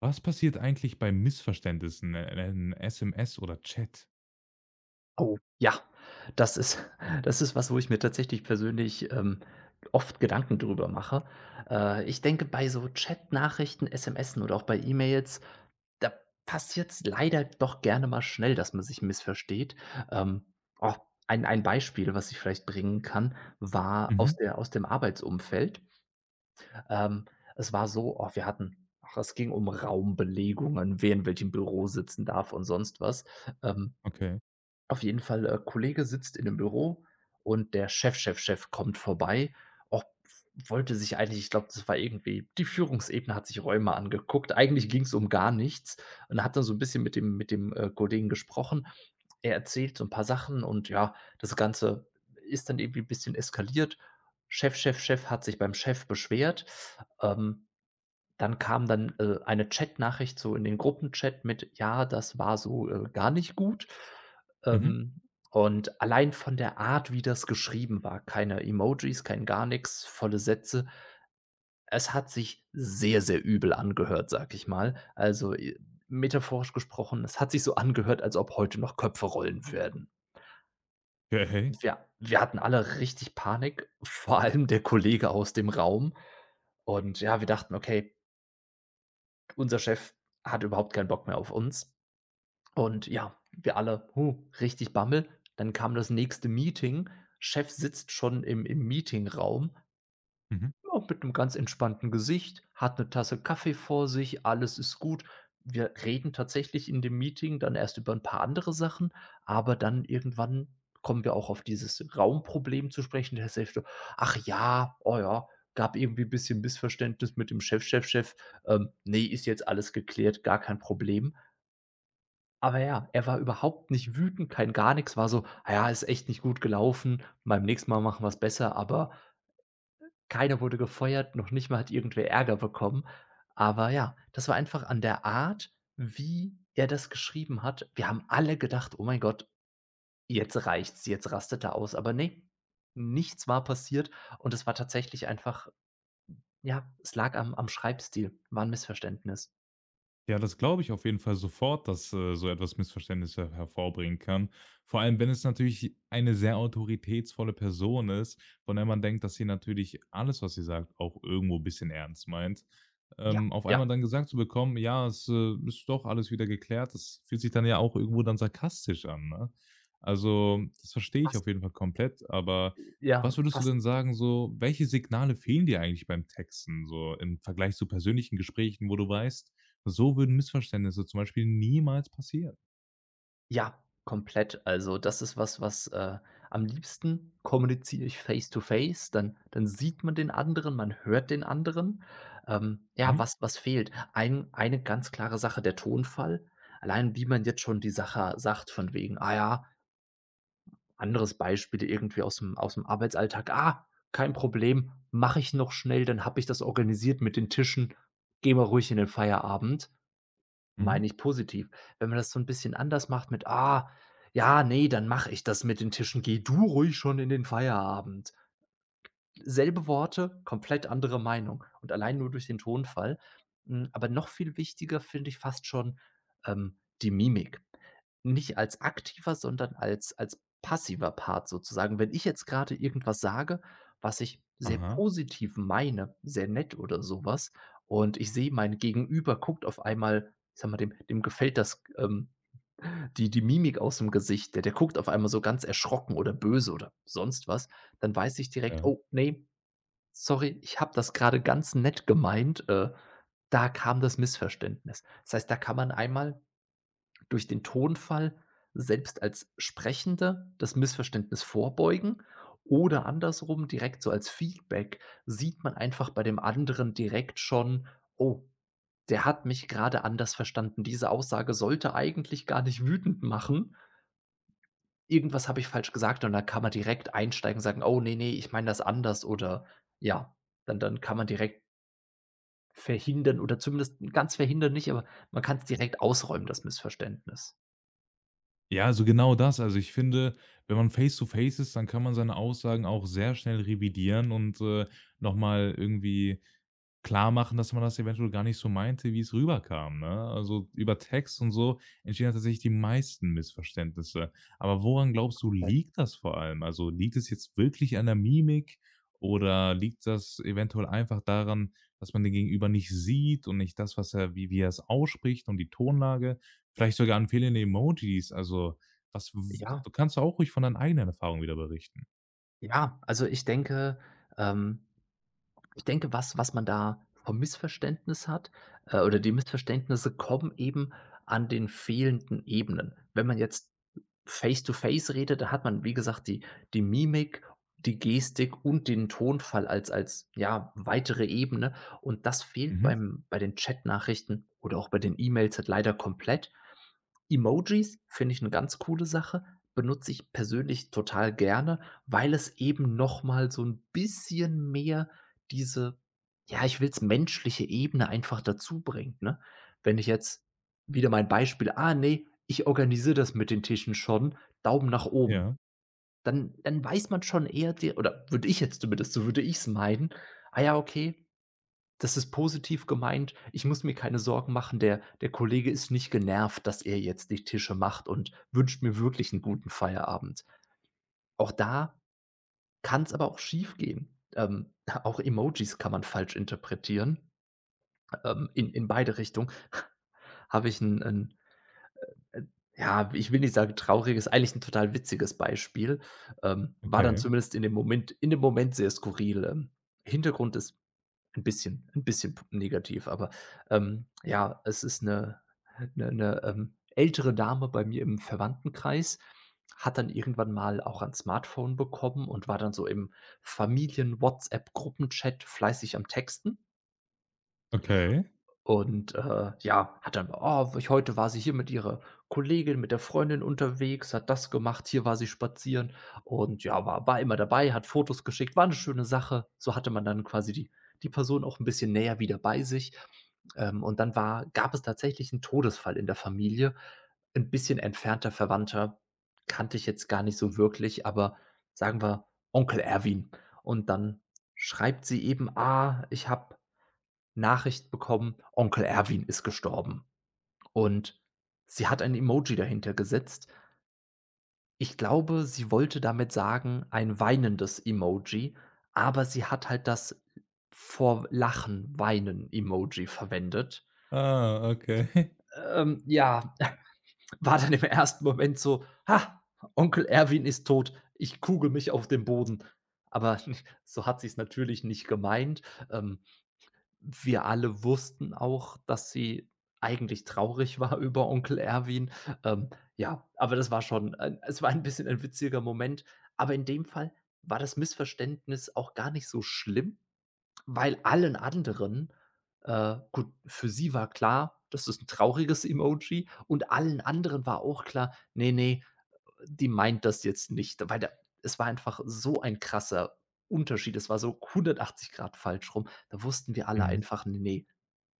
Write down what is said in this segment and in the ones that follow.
Was passiert eigentlich bei Missverständnissen, in SMS oder Chat? Oh, ja. Das ist das ist was, wo ich mir tatsächlich persönlich, oft Gedanken drüber mache. Ich denke, bei so Chatnachrichten, SMSen oder auch bei E-Mails, da passiert's leider doch gerne mal schnell, dass man sich missversteht. Ähm, oh, ein Beispiel, was ich vielleicht bringen kann, war Mhm, aus dem Arbeitsumfeld. Ähm, Es war so, oh, wir hatten ach, es ging um Raumbelegungen, wer in welchem Büro sitzen darf und sonst was. Ähm, okay. auf jeden Fall, Kollege sitzt in 'nem Büro und der Chef Chef Chef kommt vorbei. Auch wollte sich eigentlich ich glaube, das war irgendwie die Führungsebene hat sich Räume angeguckt. Eigentlich ging's um gar nichts und hat dann so 'n bisschen mit dem, Kollegen gesprochen. Er erzählt so 'n paar Sachen, und ja, das Ganze ist dann irgendwie bisschen eskaliert. Chef Chef Chef hat sich beim Chef beschwert. Ähm, Dann kam dann, eine Chatnachricht so in den Gruppenchat mit: „Ja, das war so, gar nicht gut.“ Mhm. Ähm, und allein von der Art, wie das geschrieben war, keine Emojis, kein gar nichts, volle Sätze. Es hat sich sehr, sehr übel angehört, sag ich mal. Also, metaphorisch gesprochen, es hat sich so angehört, als ob heute noch Köpfe rollen werden. Okay. Wir hatten alle richtig Panik, vor allem der Kollege aus dem Raum. Und ja, wir dachten: „Okay, unser Chef hat überhaupt keinen Bock mehr auf uns.“ Und ja, wir alle, huh, richtig Bammel. Dann kam das nächste Meeting. Chef sitzt schon im Meetingraum, Mhm. ja, mit einem ganz entspannten Gesicht, hat eine Tasse Kaffee vor sich, alles ist gut. Wir reden tatsächlich in dem Meeting dann erst über ein paar andere Sachen, aber dann irgendwann kommen wir auch auf dieses Raumproblem zu sprechen. Der Chef so: „Ach ja, oh ja, gab irgendwie ein bisschen Missverständnis mit dem Chef, Chef, Chef. Ne, ist jetzt alles geklärt, gar kein Problem.“ Aber ja, er war überhaupt nicht wütend, kein gar nichts. War so: „Ah ja, ist echt nicht gut gelaufen, beim nächsten Mal machen wir's besser.“ Aber keiner wurde gefeuert, noch nicht mal hat irgendwer Ärger bekommen. Aber ja, das war einfach an der Art, wie er das geschrieben hat. Wir haben alle gedacht: „Oh mein Gott, jetzt reicht's, jetzt rastet er aus.“ Aber ne, nichts war passiert und es war tatsächlich einfach ja, es lag am Schreibstil, war 'n Missverständnis. Ja, das glaube ich auf jeden Fall sofort, dass, so etwas Missverständnisse hervorbringen kann. Vor allem, wenn es natürlich eine sehr autoritätsvolle Person ist, von der man denkt, dass sie natürlich alles, was sie sagt, auch irgendwo ein bisschen ernst meint. Ja, Auf einmal ja, dann gesagt zu bekommen: „Ja, es, ist doch alles wieder geklärt“, das fühlt sich dann ja auch irgendwo dann sarkastisch an, ne? Also, das verstehe ich fast auf jeden Fall komplett, aber ja, was würdest du fast. denn sagen, so welche Signale fehlen dir eigentlich beim Texten so im Vergleich zu persönlichen Gesprächen, wo du weißt, so würden Missverständnisse zum Beispiel niemals passieren. Ja, komplett. Also, das ist was, was, am liebsten kommuniziere ich face to face, dann sieht man den anderen, man hört den anderen. Ja, Mhm, was fehlt? Ein eine ganz klare Sache, der Tonfall. Allein wie man jetzt schon die Sache sagt von wegen: „Ah ja“ anderes Beispiel irgendwie aus dem Arbeitsalltag: „Ah, kein Problem, mache ich noch schnell, dann habe ich das organisiert mit den Tischen. Gehen wir ruhig in den Feierabend.“ mhm. meine ich positiv. Wenn man das so 'n bisschen anders macht mit: „Ah, ja, ne, dann mache ich das mit den Tischen. Geh du ruhig schon in den Feierabend.“ Selbe Worte, komplett andere Meinung und allein nur durch den Tonfall. Hm, aber noch viel wichtiger finde ich fast schon, die Mimik. Nicht als aktiver, sondern als passiver Part sozusagen. Wenn ich jetzt grade irgendwas sage, was ich sehr Aha, positiv meine, sehr nett oder so was, und ich sehe, mein Gegenüber guckt auf einmal ich sage mal, dem gefällt das, die Mimik aus'm Gesicht. Der guckt auf einmal so ganz erschrocken oder böse oder sonst was. Dann weiß ich direkt: ja. „Oh, ne, sorry, ich habe das gerade ganz nett gemeint, da kam das Missverständnis.“ Das heißt, da kann man einmal durch den Tonfall selbst als Sprechende das Missverständnis vorbeugen, oder andersrum direkt so als Feedback sieht man einfach bei dem anderen direkt schon: „Oh, der hat mich gerade anders verstanden. Diese Aussage sollte eigentlich gar nicht wütend machen. Irgendwas habe ich falsch gesagt.“ Und dann kann man direkt einsteigen und sagen: „Oh, nee, nee, ich meine das anders.“ Oder ja, dann kann man direkt verhindern, oder zumindest ganz verhindern nicht, aber man kann's direkt ausräumen, das Missverständnis. Ja, also genau das. Also, ich finde, wenn man face to face ist, dann kann man seine Aussagen auch sehr schnell revidieren und, noch mal irgendwie klar machen, dass man das eventuell gar nicht so meinte, wie es rüberkam, ne? Also, über Text und so entstehen ja tatsächlich die meisten Missverständnisse. Aber woran glaubst du, Komplett. liegt das vor allem? Also, liegt es jetzt wirklich an der Mimik oder liegt das eventuell einfach daran, dass man den Gegenüber nicht sieht und nicht das, was er wie er es ausspricht und die Tonlage? Vielleicht sogar an fehlende Emojis, also das w Ja, kannst du auch ruhig von deinen eigenen Erfahrungen wieder berichten. ja, also ich denke, ähm, ich denke, was man da vom Missverständnis hat, oder die Missverständnisse kommen eben an den fehlenden Ebenen. Wenn man jetzt face to face rede, da hat man, wie gesagt, die die Mimik, die Gestik und den Tonfall als, ja, weitere Ebene, und das fehlt Mhm. bei den Chat-Nachrichten oder auch bei den E-Mails halt leider komplett. Emojis finde ich eine ganz coole Sache, benutze ich persönlich total gerne, weil es eben noch mal so ein bisschen mehr diese, ja, ich will's menschliche Ebene einfach dazu bringt, ne? Wenn ich jetzt wieder mein Beispiel: „Ah nee, ich organisiere das mit den Tischen schon, Daumen nach oben.“ Ja, Dann weiß man schon eher de oder würde ich jetzt zumindest so würde ich es meinen: „Ah ja, okay, das ist positiv gemeint. Ich muss mir keine Sorgen machen. Der Kollege ist nicht genervt, dass er jetzt die Tische macht und wünscht mir wirklich einen guten Feierabend.“ Auch da kann es aber auch schiefgehen. Auch Emojis kann man falsch interpretieren, in beide Richtungen. Habe ich 'n Äh, ja, ich will nicht sagen traurig, ist eigentlich 'n total witziges Beispiel. War dann okay, zumindest in dem Moment sehr skurril. Hintergrund ist 'n bisschen p negativ, aber, ja, es ist 'ne, ältere Dame bei mir im Verwandtenkreis, hat dann irgendwann mal auch ein Smartphone bekommen und war dann so im Familien-WhatsApp-Gruppenchat fleißig am Texten. okay. Und, ja, hat dann: „Oh, ich heute war sie hier mit ihrer Kollegin, mit der Freundin unterwegs, hat das gemacht, hier war sie spazieren“, und ja, war immer dabei, hat Fotos geschickt, war eine schöne Sache. So hatte man dann quasi die Person auch ein bisschen näher wieder bei sich. Und dann war gab es tatsächlich einen Todesfall in der Familie. Ein bisschen entfernter Verwandter, kannte ich jetzt gar nicht so wirklich, aber sagen wir Onkel Erwin. Und dann schreibt sie eben: „Ah, ich habe Nachricht bekommen, Onkel Erwin ist gestorben.“ Und sie hat ein Emoji dahinter gesetzt. Ich glaube, sie wollte damit sagen, ein weinendes Emoji, aber sie hat halt das vor Lachen weinen Emoji verwendet. Ah, okay. Ja, war dann im ersten Moment so: „Ha, Onkel Erwin ist tot. Ich kugel mich auf den Boden.“ Aber so hat sie es natürlich nicht gemeint. Ähm, Wir alle wussten auch, dass sie eigentlich traurig war über Onkel Erwin. Ähm, ja, aber das war schon ein es war ein bisschen ein witziger Moment. Aber in dem Fall war das Missverständnis auch gar nicht so schlimm, weil allen anderen gut, für sie war klar, das ist ein trauriges Emoji und allen anderen war auch klar: „Ne, ne, die meint das jetzt nicht, weil da es war einfach so ein krasser Unterschied. Es war so 180 Grad falsch rum. Da wussten wir alle Mhm. einfach, nee, ne,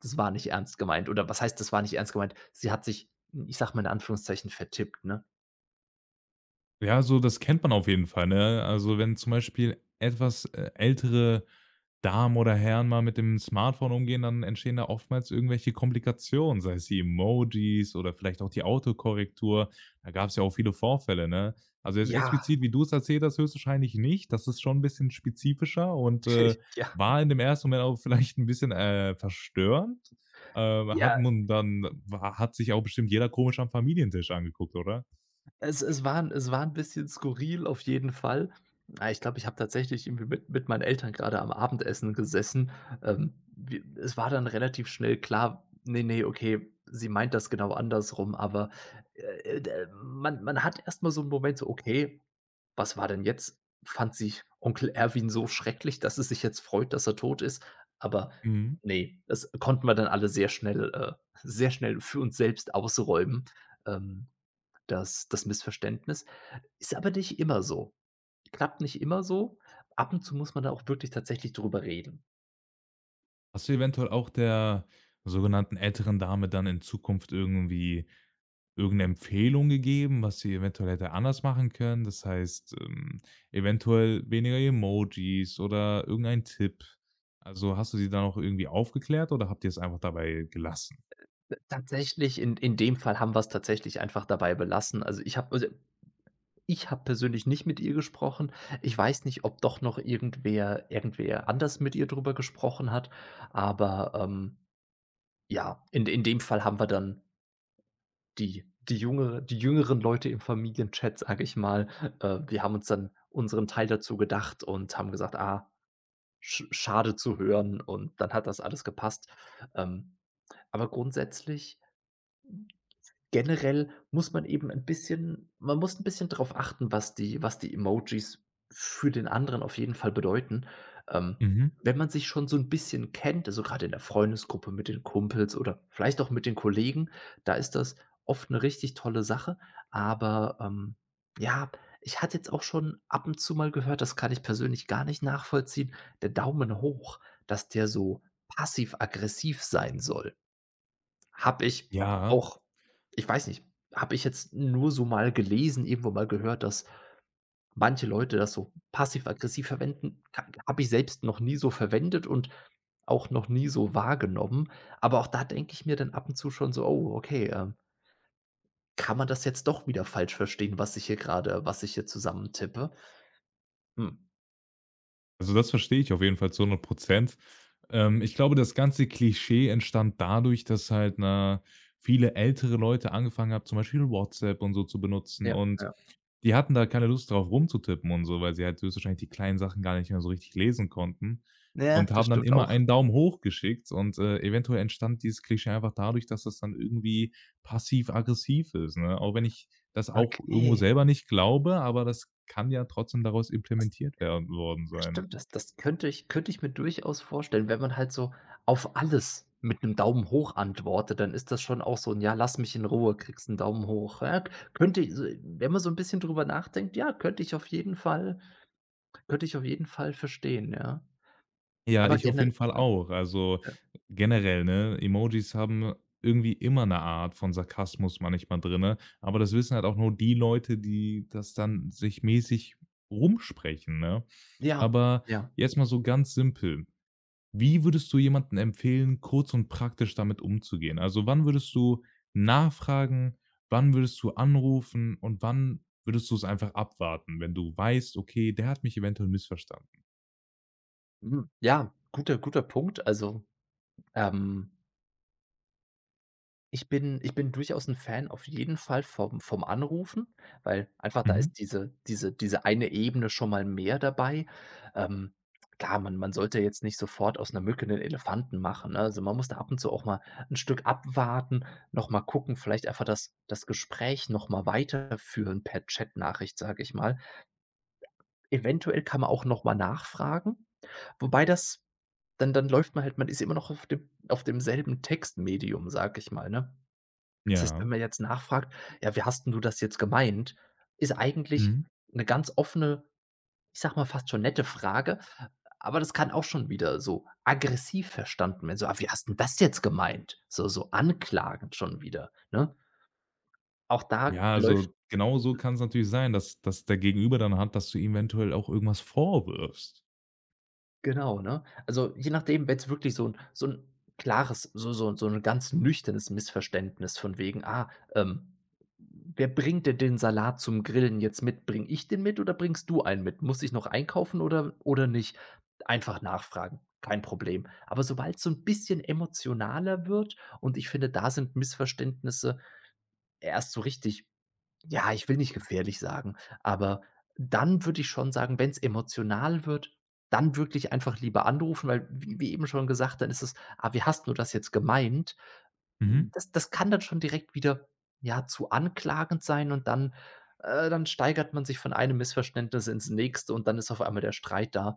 das war nicht ernst gemeint. Oder was heißt, das war nicht ernst gemeint? Sie hat sich, ich sag mal in Anführungszeichen, vertippt, ne?“ Ja, so das kennt man auf jeden Fall, ne? Also, wenn zum Beispiel etwas, ältere Damen oder Herren mal mit dem Smartphone umgehen, dann entstehen da oftmals irgendwelche Komplikationen, sei es die Emojis oder vielleicht auch die Autokorrektur. Da gab es ja auch viele Vorfälle, ne? Also, jetzt Ja, explizit, wie du's erzählt hast, höchstwahrscheinlich nicht. Das ist schon ein bisschen spezifischer und, ja. war in dem ersten Moment auch vielleicht ein bisschen, verstörend. Hat Ja. man dann war hat sich auch bestimmt jeder komisch am Familientisch angeguckt, oder? Es es war 'n bisschen skurril auf jeden Fall. Ah, ich glaube, ich habe tatsächlich irgendwie mit meinen Eltern grade am Abendessen gesessen. Wir es war dann relativ schnell klar: „Ne, ne, okay, sie meint das genau andersrum.“ Aber, d man hat erst mal so 'n Moment so: „Okay, was war denn jetzt?“ Fand sie Onkel Erwin so schrecklich, dass es sich jetzt freut, dass er tot ist? Aber Mhm. ne, das konnten wir dann alle sehr schnell für uns selbst ausräumen. Ähm das das Missverständnis. Ist aber nicht immer so. Klappt nicht immer so. Ab und zu muss man da auch wirklich tatsächlich drüber reden. Hast du eventuell auch der sogenannten älteren Dame dann in Zukunft irgendwie irgendeine Empfehlung gegeben, was sie eventuell hätte anders machen können? Das heißt, eventuell weniger Emojis oder irgendein Tipp. Also, hast du sie dann auch irgendwie aufgeklärt oder habt ihr es einfach dabei gelassen? Tatsächlich, in dem Fall haben wir es tatsächlich einfach dabei belassen. Also, ich habe persönlich nicht mit ihr gesprochen. Ich weiß nicht, ob doch noch irgendwer anders mit ihr drüber gesprochen hat, aber, ja, in dem Fall haben wir dann die jüngeren Leute im Familienchat, sage ich mal, wir haben uns dann unseren Teil dazu gedacht und haben gesagt: „Ah, sch schade zu hören“, und dann hat das alles gepasst. Ähm, aber grundsätzlich generell muss man eben ein bisschen man muss ein bisschen drauf achten, was die Emojis für den anderen auf jeden Fall bedeuten. Ähm, Mhm. wenn man sich schon so ein bisschen kennt, also gerade in der Freundesgruppe mit den Kumpels oder vielleicht auch mit den Kollegen, da ist das oft eine richtig tolle Sache. Aber, ja, ich hatte jetzt auch schon ab und zu mal gehört, das kann ich persönlich gar nicht nachvollziehen, der Daumen hoch, dass der so passiv-aggressiv sein soll. Habe ich Ja. auch ich weiß nicht, habe ich jetzt nur so mal gelesen, irgendwo mal gehört, dass manche Leute das so passiv-aggressiv verwenden. Habe ich selbst noch nie so verwendet und auch noch nie so wahrgenommen. Aber auch da denke ich mir dann ab und zu schon so: „Oh, okay, kann man das jetzt doch wieder falsch verstehen, was ich hier gerade, was ich hier zusammentippe?“ Hm, Also, das verstehe ich auf jeden Fall zu 100. Ich glaube, das ganze Klischee entstand dadurch, dass halt, na viele ältere Leute angefangen haben, zum Beispiel WhatsApp und so zu benutzen ja, und ja. die hatten da keine Lust drauf rumzutippen und so, weil sie halt höchstwahrscheinlich die kleinen Sachen gar nicht mehr so richtig lesen konnten Ja, und das haben dann stimmt immer auch. einen Daumen hoch geschickt und, eventuell entstand dieses Klischee einfach dadurch, dass das dann irgendwie passiv-aggressiv ist, ne? Auch wenn ich das auch irgendwo Okay. selber nicht glaube, aber das kann ja trotzdem daraus implementiert werden worden sein. Stimmt, das könnte ich mir durchaus vorstellen. Wenn man halt so auf alles mit einem Daumen hoch antwortet, dann ist das schon auch so ein „Ja, lass mich in Ruhe“, kriegst 'n Daumen hoch. Ja, k- könnte ich so wenn man so ein bisschen drüber nachdenkt, ja, könnte ich auf jeden Fall verstehen, ja. Ja, Aber ich auf jeden gerne Fall auch. Also, generell, ne, Emojis haben irgendwie immer eine Art von Sarkasmus manchmal drinne, aber das wissen halt auch nur die Leute, die das dann sich mäßig rumsprechen, ne? ja, Aber ja. jetzt mal so ganz simpel: Wie würdest du jemanden empfehlen, kurz und praktisch damit umzugehen? Also, wann würdest du nachfragen? Wann würdest du anrufen? Und wann würdest du es einfach abwarten, wenn du weißt: „Okay, der hat mich eventuell missverstanden?“ Mhm. Ja, guter Punkt. Also, ähm ich bin durchaus ein Fan auf jeden Fall vom Anrufen, weil einfach da Mhm. ist diese eine Ebene schon mal mehr dabei. Ähm, klar, man sollte jetzt nicht sofort aus einer Mücke 'nen Elefanten machen, ne? Also, man muss da ab und zu auch mal ein Stück abwarten, noch mal gucken, vielleicht einfach das Gespräch noch mal weiterführen per Chatnachricht, sage ich mal. Eventuell kann man auch noch mal nachfragen, wobei das dann läuft man halt man ist immer noch auf dem auf demselben Textmedium, sage ich mal, ne? Das heißt, Ja. wenn man jetzt nachfragt: „Ja, wie hast 'n du das jetzt gemeint?“ Ist eigentlich Mhm. eine ganz offene, ich sage mal, fast schon nette Frage, aber das kann auch schon wieder so aggressiv verstanden werden, so: „Ah, wie hast 'n das jetzt gemeint?“ So so anklagend schon wieder, ne? Auch da Ja, läuft also genau so kann es natürlich sein, dass dass der Gegenüber dann hat, dass du ihm eventuell auch irgendwas vorwirfst. Genau, ne? Also, je nachdem, wenn's wirklich so 'n klares, so 'n ganz nüchternes Missverständnis von wegen: „Ah, ähm, wer bringt denn den Salat zum Grillen jetzt mit? Bringe ich den mit oder bringst du einen mit? Muss ich noch einkaufen oder nicht?“ Einfach nachfragen, kein Problem. Aber sobald's so 'n bisschen emotionaler wird und ich finde, da sind Missverständnisse erst so richtig ja, ich will nicht gefährlich sagen, aber dann würde ich schon sagen, wenn's emotional wird, dann wirklich einfach lieber anrufen, weil wie eben schon gesagt, dann ist es: „Ah, wie hast 'n du das jetzt gemeint?“ Hm, Mhm. das kann dann schon direkt wieder, ja, zu anklagend sein, und dann dann steigert man sich von einem Missverständnis ins nächste und dann ist auf einmal der Streit da.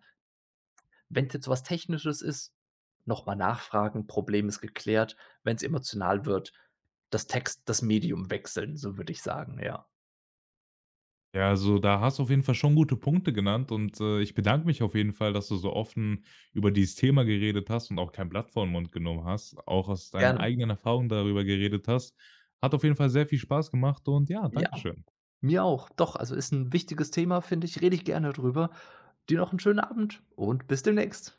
Wenn's jetzt was Technisches ist, nochmal nachfragen, Problem ist geklärt. Wenn's emotional wird, das Text das Medium wechseln, so würde ich sagen, ja. Ja, also da hast du auf jeden Fall schon gute Punkte genannt und, ich bedanke mich auf jeden Fall, dass du so offen über dieses Thema geredet hast und auch kein Blatt vor den Mund genommen hast, auch aus deinen Gerne. eigenen Erfahrungen darüber geredet hast. Hat auf jeden Fall sehr viel Spaß gemacht und ja, danke schön. Mir auch. Doch, also ist ein wichtiges Thema, finde ich. Rede ich gerne drüber. Dir noch einen schönen Abend und bis demnächst.